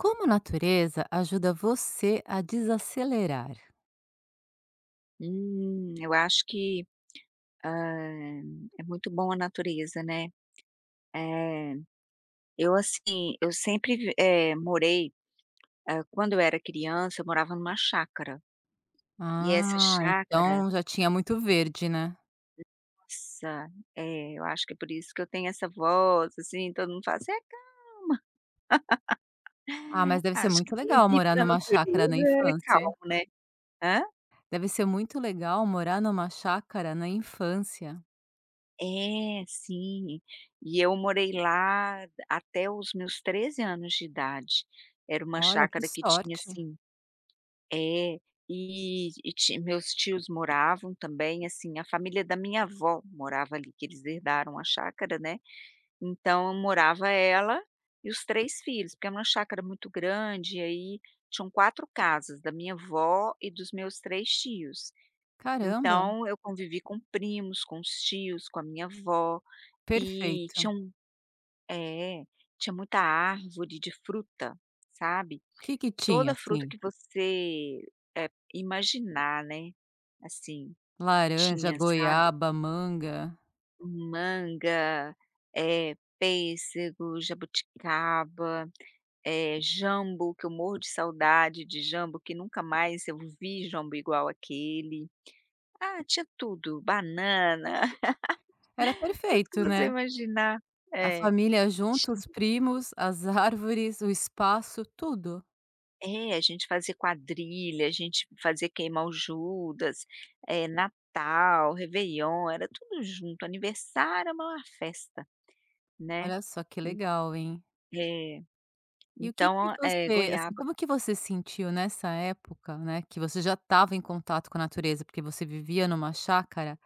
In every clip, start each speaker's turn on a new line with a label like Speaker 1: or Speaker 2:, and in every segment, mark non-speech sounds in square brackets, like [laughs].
Speaker 1: Como a natureza ajuda você a desacelerar?
Speaker 2: Eu acho que, hã, é muito bom a natureza, né. Eh, eu assim, eu sempre morei quando eu era criança, eu morava numa chácara. E essa
Speaker 1: Ah,
Speaker 2: chácara,
Speaker 1: então já tinha muito verde, né?
Speaker 2: nossa, eu acho que é por isso que eu tenho essa voz, assim, todo mundo fala assim: "É
Speaker 1: Ah,
Speaker 2: calma",
Speaker 1: mas deve ser
Speaker 2: acho que
Speaker 1: muito
Speaker 2: quem
Speaker 1: legal
Speaker 2: vive
Speaker 1: morar
Speaker 2: na
Speaker 1: numa chácara na
Speaker 2: natureza é
Speaker 1: infância.
Speaker 2: calmo, né. Hã?
Speaker 1: Deve ser muito legal morar numa chácara na infância.
Speaker 2: É, sim. E eu morei lá até os meus 13 anos de idade. Era uma
Speaker 1: Olha, que
Speaker 2: chácara que tinha,
Speaker 1: sorte.
Speaker 2: assim. É, e ti meus tios moravam também, assim, a família da minha avó morava ali, que eles herdaram a chácara, né, então morava ela e os 3 filhos, porque era uma chácara muito grande, e aí tinham 4 casas, da minha avó e dos meus 3 tios.
Speaker 1: Caramba,
Speaker 2: Então eu convivi com primos, com os tios, com a minha avó, e
Speaker 1: perfeito.
Speaker 2: é, tinha muita árvore de fruta, sabe.
Speaker 1: O que que tinha,
Speaker 2: Toda fruta
Speaker 1: assim?
Speaker 2: que você, imaginar, né, assim,
Speaker 1: Laranja,
Speaker 2: tinha, sabe.
Speaker 1: goiaba, manga.
Speaker 2: Manga, pêssego, jabuticaba, jambo, que eu morro de saudade de jambo, que nunca mais eu vi jambo igual aquele. Ah, tinha tudo, banana,
Speaker 1: Era
Speaker 2: [laughs] tudo que
Speaker 1: perfeito,
Speaker 2: você
Speaker 1: né?
Speaker 2: imaginar.
Speaker 1: A
Speaker 2: É,
Speaker 1: família junto, os primos, as [laughs] árvores, o espaço, tudo.
Speaker 2: é, a gente fazia quadrilha, a gente fazia queimar o Judas, Natal, Réveillon, era tudo junto, aniversário é a festa, né.
Speaker 1: Olha só que
Speaker 2: En
Speaker 1: legal, hein?
Speaker 2: é,
Speaker 1: E o que que
Speaker 2: então,
Speaker 1: você assim,
Speaker 2: goiaba.
Speaker 1: como que você sentiu nessa época, né, que você já estava em contato com a natureza, porque você vivia numa chácara,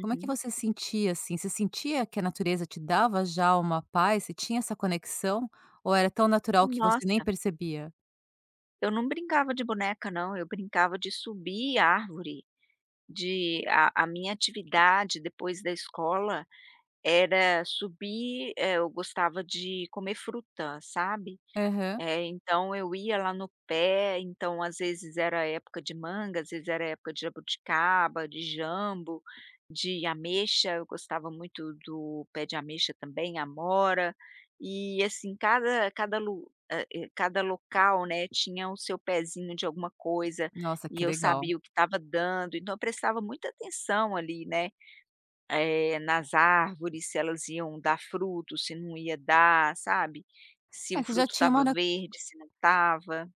Speaker 1: como é que você sentia, assim? Você sentia que a natureza te dava já uma paz? Você tinha essa conexão ou era tão natural que você nem
Speaker 2: Nossa,
Speaker 1: percebia?
Speaker 2: eu não brincava de boneca não, eu brincava de subir árvore, de a minha atividade depois da escola era subir. Eu gostava de comer fruta, sabe.
Speaker 1: Aham.
Speaker 2: É, então eu ia lá no pé, então às vezes era época de manga, às vezes era época de jabuticaba, de jambo, de ameixa, eu gostava muito do pé de ameixa também, amora, e assim, cada cada lu eh eh, cada local, né, tinha o seu pezinho de alguma coisa,
Speaker 1: Nossa,
Speaker 2: e
Speaker 1: que
Speaker 2: eu
Speaker 1: legal.
Speaker 2: sabia o que estava dando, então eu prestava muita atenção ali, né. Nas árvores, se elas iam dar fruto, se não ia dar, sabe. Se o
Speaker 1: É,
Speaker 2: fruto estava verde, se não estava.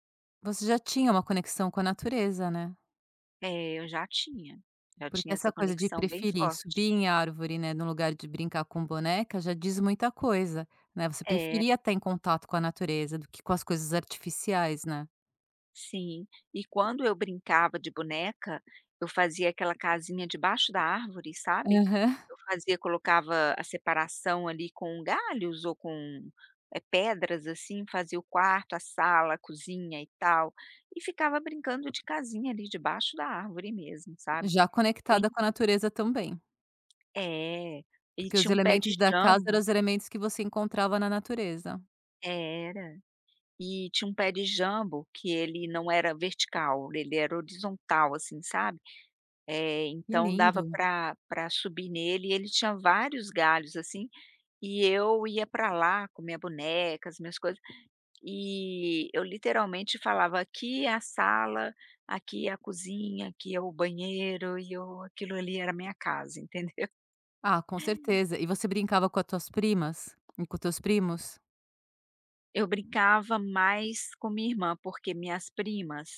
Speaker 1: você já tinha uma conexão com a natureza, né?
Speaker 2: É, eu já tinha,
Speaker 1: Porque essa
Speaker 2: essa
Speaker 1: coisa de
Speaker 2: conexão bem
Speaker 1: preferir
Speaker 2: forte.
Speaker 1: subir em árvore, né, no lugar de brincar com boneca, já diz muita coisa, né, você
Speaker 2: É.
Speaker 1: preferia estar em contato com a natureza do que com as coisas artificiais, né.
Speaker 2: Sim, e quando eu brincava de boneca, eu fazia aquela casinha debaixo da árvore, sabe?
Speaker 1: Aham.
Speaker 2: Eu fazia colocava a separação ali com galhos ou com, pedras, assim, fazia o quarto, a sala, a cozinha e tal, e ficava brincando de casinha ali debaixo da árvore mesmo, sabe?
Speaker 1: Já
Speaker 2: Ou en
Speaker 1: conectada com a natureza também,
Speaker 2: é, e
Speaker 1: porque os
Speaker 2: tinha um pé de
Speaker 1: elementos da casa eram
Speaker 2: jambo
Speaker 1: os elementos que você encontrava na natureza.
Speaker 2: era. E tinha um pé de jambo que ele não era vertical, ele era horizontal, assim, sabe?
Speaker 1: Que
Speaker 2: Então
Speaker 1: lindo.
Speaker 2: dava para subir nele e ele tinha vários galhos, assim, e eu ia para lá com minha boneca, as minhas coisas, e eu literalmente falava: "Aqui é a sala, aqui é a cozinha, aqui é o banheiro", e eu aquilo ali era minha casa, [laughs] entendeu.
Speaker 1: Ah, com certeza. E você brincava com as tuas primas? E com os teus primos?
Speaker 2: Eu brincava mais com minha irmã, porque minhas primas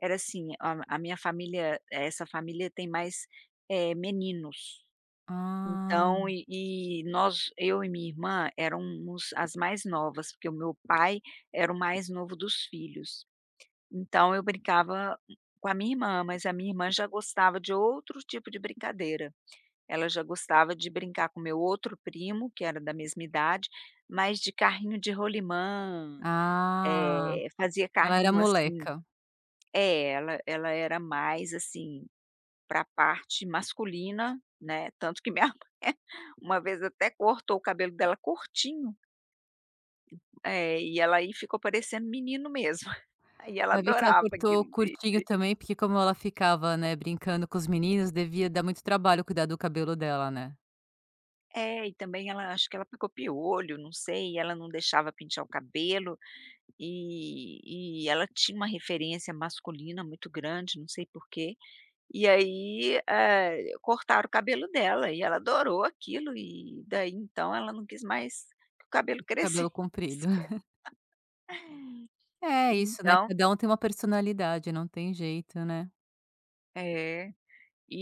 Speaker 2: era assim, a minha família essa família tem mais, meninos.
Speaker 1: Ah.
Speaker 2: Então, nós eu e minha irmã éramos as mais novas, porque o meu pai era o mais novo dos filhos. Então eu brincava com a minha irmã, mas a minha irmã já gostava de outro tipo de brincadeira. Ela já gostava de brincar com meu outro primo, que era da mesma idade, mas de carrinho de rolimã,
Speaker 1: Ah,
Speaker 2: fazia
Speaker 1: ela era
Speaker 2: carrinho
Speaker 1: moleca.
Speaker 2: ela, era mais assim para a parte masculina, né, tanto que minha [laughs] mãe uma vez até cortou o cabelo dela curtinho. E ela aí ficou parecendo menino mesmo. [laughs] Aí ela
Speaker 1: Vai ver que ela
Speaker 2: adorava aquilo
Speaker 1: cortou curtinho
Speaker 2: de
Speaker 1: também, porque como ela ficava, né, brincando com os meninos, devia dar muito trabalho cuidar do cabelo dela, né.
Speaker 2: é, e também ela acho que ela ficou piolho, não sei, e ela não deixava pintar o cabelo, ela tinha uma referência masculina muito grande, não sei por quê. E aí, cortaram o cabelo dela e ela adorou aquilo e daí então ela não quis mais que o cabelo [laughs] crescesse.
Speaker 1: Cabelo comprido. [laughs] É isso, né,
Speaker 2: Então
Speaker 1: cada um tem uma personalidade, não tem jeito, né.
Speaker 2: é.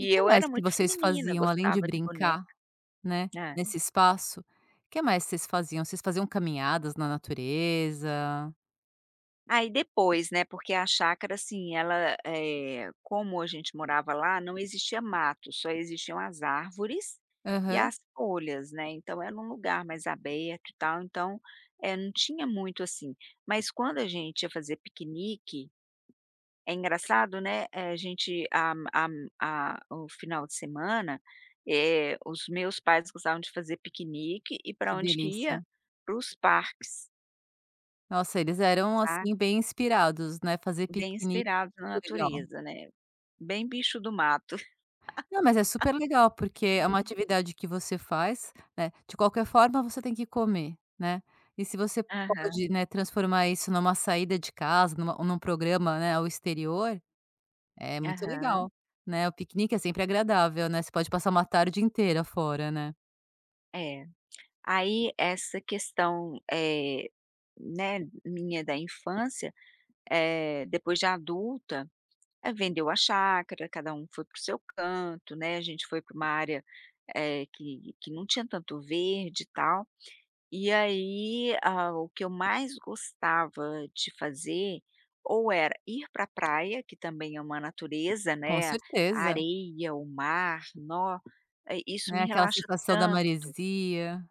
Speaker 1: E que
Speaker 2: eu
Speaker 1: mais
Speaker 2: era
Speaker 1: que
Speaker 2: muito
Speaker 1: vocês
Speaker 2: feminina,
Speaker 1: faziam além de
Speaker 2: gostava de boneca.
Speaker 1: brincar, né,
Speaker 2: É.
Speaker 1: nesse espaço, que mais vocês faziam? Vocês faziam caminhadas na natureza?
Speaker 2: Aí depois, né, porque a chácara, assim, ela, como a gente morava lá, não existia mato, só existiam as árvores e
Speaker 1: Aham.
Speaker 2: as folhas, né, então era um lugar mais aberto e tal, então, não tinha muito assim. Mas quando a gente ia fazer piquenique. É engraçado, né, a gente a o final de semana, os meus pais gostavam de fazer piquenique e
Speaker 1: Que
Speaker 2: para onde que ia?
Speaker 1: delícia.
Speaker 2: Para os parques,
Speaker 1: Nossa, eles eram,
Speaker 2: sabe,
Speaker 1: assim, bem inspirados, né, fazer
Speaker 2: bem
Speaker 1: piquenique,
Speaker 2: inspirados na
Speaker 1: muito legal.
Speaker 2: natureza, né, bem bicho do mato. [laughs]
Speaker 1: Não, mas é super legal, porque é uma atividade que você faz, né, de qualquer forma você tem que comer, né, e se você
Speaker 2: Aham,
Speaker 1: pode, né, transformar isso numa saída de casa, numa num programa, né, ao exterior, é muito
Speaker 2: aham,
Speaker 1: legal, né, o piquenique é sempre agradável, né, você pode passar uma tarde inteira fora, né.
Speaker 2: é. Aí essa questão, né, minha da infância, depois de adulta. Vendeu a chácara, cada um foi para o seu canto, né, a gente foi para uma área, que não tinha tanto verde e tal. E aí, ah, o que eu mais gostava de fazer, ou era ir para a praia, que também é uma natureza,
Speaker 1: Com
Speaker 2: né, a
Speaker 1: certeza,
Speaker 2: areia, o mar, isso
Speaker 1: né,
Speaker 2: me
Speaker 1: aquela
Speaker 2: relaxa.
Speaker 1: sensação da maresia.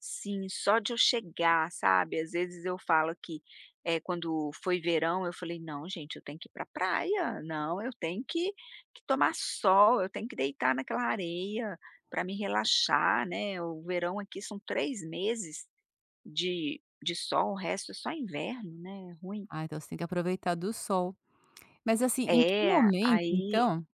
Speaker 2: Sim, só de eu chegar, sabe, às vezes eu falo que, quando foi verão eu falei: "Não gente, eu tenho que ir pra praia, não, eu tenho que tomar sol, eu tenho que deitar naquela areia para me relaxar, né". O verão aqui são 3 meses de sol, o resto é só inverno, né, é ruim.
Speaker 1: Ah, então você tem que aproveitar do sol. Mas assim, em que
Speaker 2: É,
Speaker 1: momento
Speaker 2: aí
Speaker 1: então.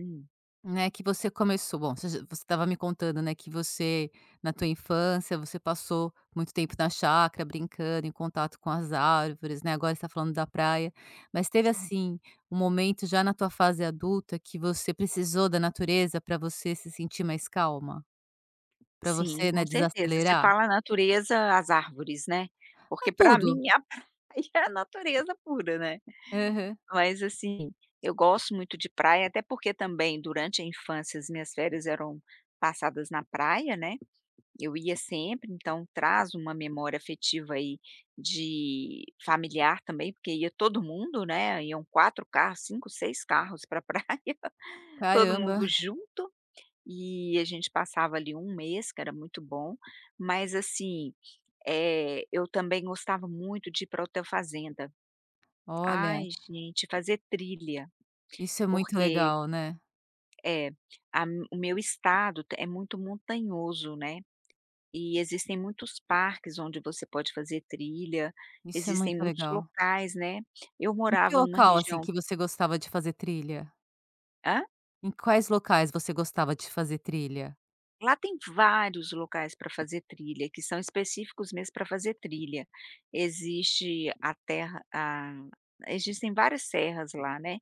Speaker 2: hum,
Speaker 1: Né, que você começou bom, você estava me contando, né, que você, na tua infância, você passou muito tempo na chácara, brincando, em contato com as árvores, né, agora você tá falando da praia. Mas teve, assim, um momento já na tua fase adulta que você precisou da natureza para você se sentir mais calma? Para
Speaker 2: sim,
Speaker 1: você, né,
Speaker 2: com certeza. Você
Speaker 1: desacelerar?
Speaker 2: fala natureza, as árvores, né,
Speaker 1: É
Speaker 2: porque para
Speaker 1: tudo.
Speaker 2: mim [laughs] aí é a natureza pura, né.
Speaker 1: Aham.
Speaker 2: Mas assim, eu gosto muito de praia, até porque também durante a infância as minhas férias eram passadas na praia, né, eu ia sempre, então traz uma memória afetiva aí de familiar também, porque ia todo mundo, né, iam 4 carros, 5, 6 carros pra praia, [laughs] todo
Speaker 1: Caramba,
Speaker 2: mundo junto, e a gente passava ali um mês, que era muito bom. Mas assim, eu também gostava muito de ir para o hotel fazenda. Ai,
Speaker 1: olha,
Speaker 2: gente, fazer trilha,
Speaker 1: isso é muito
Speaker 2: porque
Speaker 1: legal, né.
Speaker 2: é, a m o meu estado é muito montanhoso, né, e existem muitos parques onde você pode fazer trilha,
Speaker 1: Isso é muito
Speaker 2: existem muitos
Speaker 1: legal.
Speaker 2: locais, né. Eu
Speaker 1: Em que
Speaker 2: morava numa
Speaker 1: local, assim,
Speaker 2: região.
Speaker 1: que você gostava de fazer trilha?
Speaker 2: Hã?
Speaker 1: Em quais locais você gostava de fazer trilha?
Speaker 2: Lá tem vários locais para fazer trilha, que são específicos mesmo para fazer trilha. Existe a terra a Existem várias serras lá, né.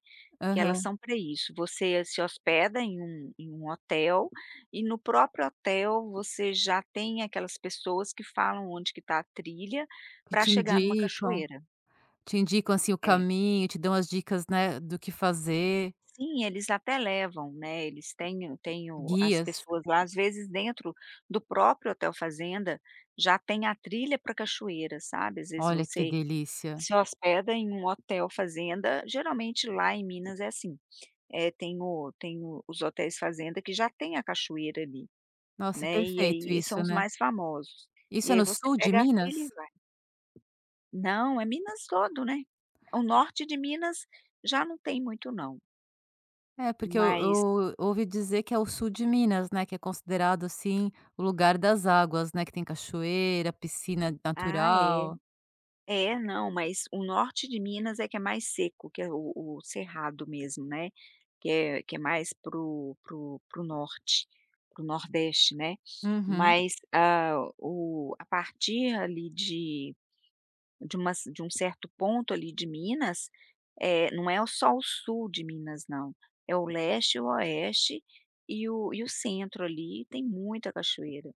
Speaker 2: Que elas
Speaker 1: Aham.
Speaker 2: são para isso, você se hospeda em um hotel, e no próprio hotel você já tem aquelas pessoas que falam onde que está a trilha,
Speaker 1: Que
Speaker 2: para chegar numa cachoeira.
Speaker 1: te indicam, assim, o
Speaker 2: É.
Speaker 1: caminho, te dão as dicas, né, do que fazer,
Speaker 2: Sim, eles até levam, né, eles têm o as
Speaker 1: guias.
Speaker 2: pessoas lá, às vezes dentro do próprio hotel fazenda, já tem a trilha para cachoeira, sabe. Às vezes
Speaker 1: Olha que
Speaker 2: você
Speaker 1: delícia.
Speaker 2: se hospeda em um hotel fazenda, geralmente lá em Minas é assim. Tem o os hotéis fazenda que já tem a cachoeira ali,
Speaker 1: Nossa, é
Speaker 2: né, e
Speaker 1: perfeito
Speaker 2: aí são
Speaker 1: isso,
Speaker 2: os
Speaker 1: né.
Speaker 2: mais famosos.
Speaker 1: Isso
Speaker 2: E
Speaker 1: é
Speaker 2: aí
Speaker 1: no
Speaker 2: você
Speaker 1: sul de
Speaker 2: pega a trilha e
Speaker 1: Minas?
Speaker 2: vai. Não, é Minas todo, né. O norte de Minas já não tem muito não,
Speaker 1: É, porque eu
Speaker 2: mas,
Speaker 1: eu ouvi dizer que é o sul de Minas, né, que é considerado, assim, o lugar das águas, né, que tem cachoeira, piscina
Speaker 2: ah, é.
Speaker 1: natural.
Speaker 2: É, não, mas o norte de Minas é que é mais seco, que é o cerrado mesmo, né, que é mais pro norte, pro nordeste, né.
Speaker 1: Uhum.
Speaker 2: Mas, ah, o a partir ali de um certo ponto ali de Minas, não é o só o sul de Minas não, é o leste, o oeste e o centro ali tem muita cachoeira,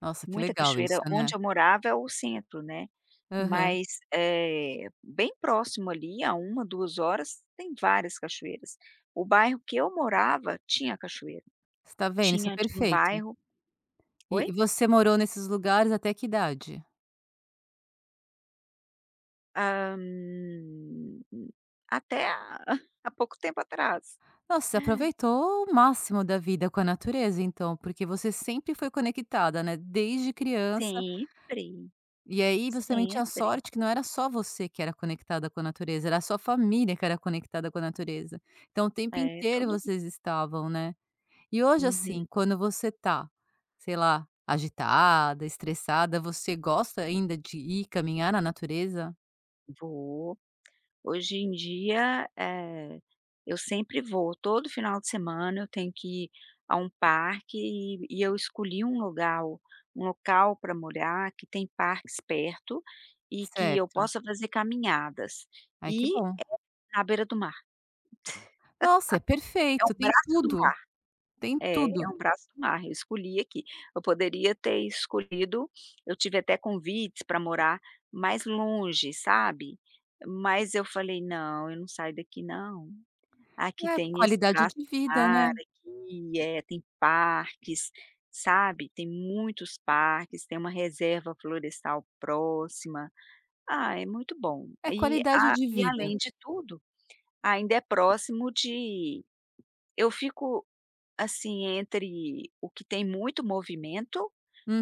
Speaker 1: Nossa, que
Speaker 2: muita
Speaker 1: legal isso,
Speaker 2: cachoeira.
Speaker 1: né.
Speaker 2: Onde eu morava é o centro, né,
Speaker 1: Aham.
Speaker 2: mas, bem próximo ali a uma 2 horas tem várias cachoeiras. O bairro que eu morava tinha cachoeira,
Speaker 1: Você tá vendo, isso é
Speaker 2: tinha um
Speaker 1: perfeito.
Speaker 2: bairro.
Speaker 1: E
Speaker 2: Oi?
Speaker 1: e você morou nesses lugares até que idade?
Speaker 2: Hum, Até há [laughs] há pouco tempo atrás.
Speaker 1: Nossa, você aproveitou o máximo da vida com a natureza então, porque você sempre foi conectada, né, desde criança,
Speaker 2: Sempre.
Speaker 1: e aí você também tinha
Speaker 2: Sempre,
Speaker 1: sorte que não era só você que era conectada com a natureza, era a sua família que era conectada com a natureza. Então o tempo
Speaker 2: é,
Speaker 1: inteiro
Speaker 2: todo
Speaker 1: vocês estavam, né. E hoje,
Speaker 2: uhum,
Speaker 1: assim, quando você tá, sei lá, agitada, estressada, você gosta ainda de ir caminhar na natureza?
Speaker 2: vou. Hoje em dia, eu sempre vou, todo final de semana eu tenho que ir a um parque e eu escolhi um lugar um local para morar que tem parques perto e que eu
Speaker 1: Certo.
Speaker 2: possa fazer caminhadas,
Speaker 1: Ai, que
Speaker 2: e
Speaker 1: bom.
Speaker 2: na beira do mar,
Speaker 1: Nossa, é
Speaker 2: é o
Speaker 1: perfeito, tem
Speaker 2: braço do
Speaker 1: tudo,
Speaker 2: mar.
Speaker 1: tem
Speaker 2: É, é
Speaker 1: tudo.
Speaker 2: um braço do mar, eu escolhi aqui. Eu poderia ter escolhido, eu tive até convites para morar mais longe, sabe, mas eu falei: "Não, eu não saio daqui não. Aqui
Speaker 1: É,
Speaker 2: tem esse
Speaker 1: qualidade
Speaker 2: braço
Speaker 1: de
Speaker 2: do
Speaker 1: vida,
Speaker 2: mar,
Speaker 1: né.
Speaker 2: aqui, tem parques, sabe, tem muitos parques, tem uma reserva florestal próxima". Ah, é muito bom.
Speaker 1: É
Speaker 2: E
Speaker 1: qualidade
Speaker 2: a
Speaker 1: de
Speaker 2: e
Speaker 1: vida.
Speaker 2: além de tudo, ainda é próximo de. Eu fico assim, entre o que tem muito movimento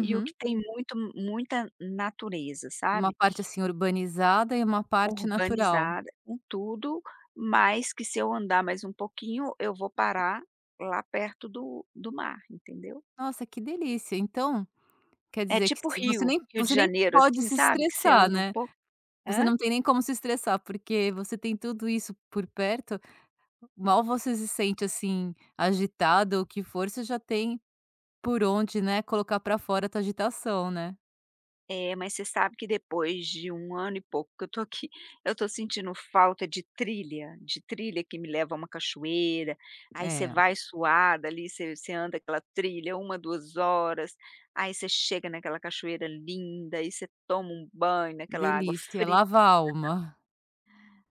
Speaker 2: e o que tem muito muita natureza,
Speaker 1: Uma
Speaker 2: sabe.
Speaker 1: parte, assim, urbanizada e uma parte natural.
Speaker 2: Urbanizada com tudo, mas que se eu andar mais um pouquinho, eu vou parar lá perto do mar, entendeu.
Speaker 1: Nossa, que delícia. Então, quer
Speaker 2: É
Speaker 1: dizer que
Speaker 2: tipo
Speaker 1: se você
Speaker 2: Rio,
Speaker 1: nem
Speaker 2: Rio de
Speaker 1: você nem
Speaker 2: Janeiro,
Speaker 1: pode
Speaker 2: assim,
Speaker 1: se
Speaker 2: sabe, que você
Speaker 1: estressar,
Speaker 2: anda um
Speaker 1: né.
Speaker 2: pouco.
Speaker 1: Você não tem nem como se estressar, porque você tem tudo isso por perto, mal você se sente, assim, agitado ou o que for, você já tem por onde, né, colocar pra fora a tua agitação, né.
Speaker 2: É, mas você sabe que depois de um ano e pouco que eu tô aqui, [laughs] eu tô sentindo falta de trilha que me leva a uma cachoeira, aí você
Speaker 1: É,
Speaker 2: vai suada ali, você anda aquela trilha uma 2 horas, aí você chega naquela cachoeira linda, aí você toma um banho naquela água
Speaker 1: delícia,
Speaker 2: fria,
Speaker 1: lava a alma.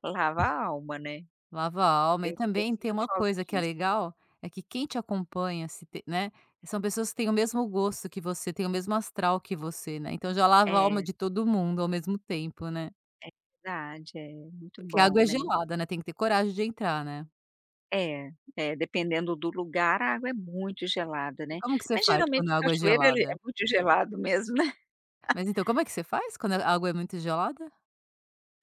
Speaker 2: lava a alma, né.
Speaker 1: Lava a alma e
Speaker 2: Eu
Speaker 1: também tem
Speaker 2: sinto
Speaker 1: uma
Speaker 2: falta
Speaker 1: coisa que é
Speaker 2: disso.
Speaker 1: legal, é que quem te acompanha se te né, são pessoas que têm o mesmo gosto que você, têm o mesmo astral que você, né, então já lava a alma
Speaker 2: É,
Speaker 1: de todo mundo ao mesmo tempo, né.
Speaker 2: verdade, é muito
Speaker 1: Porque a
Speaker 2: bom,
Speaker 1: água é
Speaker 2: né.
Speaker 1: gelada, né, tem que ter coragem de entrar, né.
Speaker 2: É, é, dependendo do lugar, a água é muito gelada,
Speaker 1: E
Speaker 2: né.
Speaker 1: como que você
Speaker 2: Mas
Speaker 1: faz quando
Speaker 2: geralmente
Speaker 1: a água é
Speaker 2: cachoeira ele é
Speaker 1: gelada?
Speaker 2: muito gelado mesmo, né.
Speaker 1: Mas então como é que você faz quando a água é muito gelada?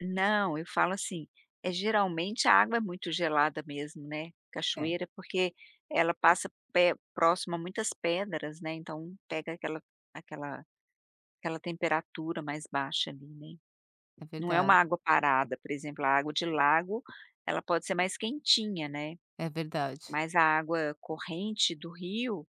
Speaker 2: Não, eu falo assim, geralmente a água é muito gelada mesmo, né,
Speaker 1: É,
Speaker 2: cachoeira, porque ela passa pe próximo a muitas pedras, né, então pega aquela aquela temperatura mais baixa ali, né.
Speaker 1: é
Speaker 2: Não é uma
Speaker 1: verdade,
Speaker 2: água parada, por exemplo, a água de lago, ela pode ser mais quentinha, né,
Speaker 1: é verdade.
Speaker 2: mas a água corrente do rio,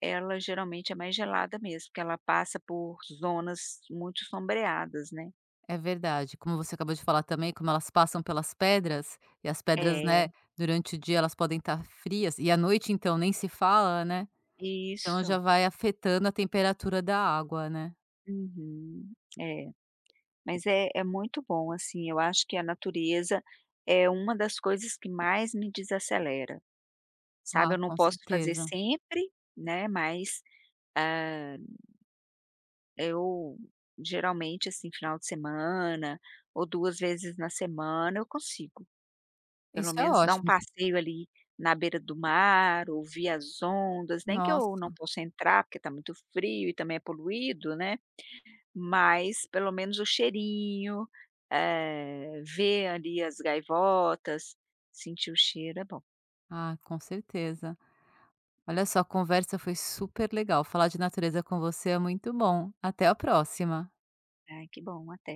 Speaker 2: ela geralmente é mais gelada mesmo, porque ela passa por zonas muito sombreadas, né.
Speaker 1: É verdade. Como você acabou de falar também, como elas passam pelas pedras, e as pedras,
Speaker 2: É,
Speaker 1: né, durante o dia elas podem estar frias, e à noite então nem se fala, né, então já
Speaker 2: isso.
Speaker 1: vai afetando a temperatura da água, né.
Speaker 2: Uhum. É, mas é muito bom, assim, eu acho que a natureza é uma das coisas que mais me desacelera, sabe.
Speaker 1: Ah,
Speaker 2: Eu não
Speaker 1: com
Speaker 2: posso fazer
Speaker 1: certeza.
Speaker 2: sempre, né, mas, ah, eu geralmente, assim, final de semana ou 2 vezes na semana eu consigo.
Speaker 1: Isso
Speaker 2: Pelo
Speaker 1: é
Speaker 2: menos dar um
Speaker 1: ótimo.
Speaker 2: passeio ali na beira do mar, ouvir as ondas, nem que eu não
Speaker 1: Nossa,
Speaker 2: possa entrar, porque está muito frio e também é poluído, né, mas pelo menos o cheirinho, ver ali as gaivotas, sentir o cheiro é bom.
Speaker 1: ah, com certeza. Olha só, a conversa foi super legal. Falar de natureza com você é muito bom. Até a próxima.
Speaker 2: Ai, que bom, até.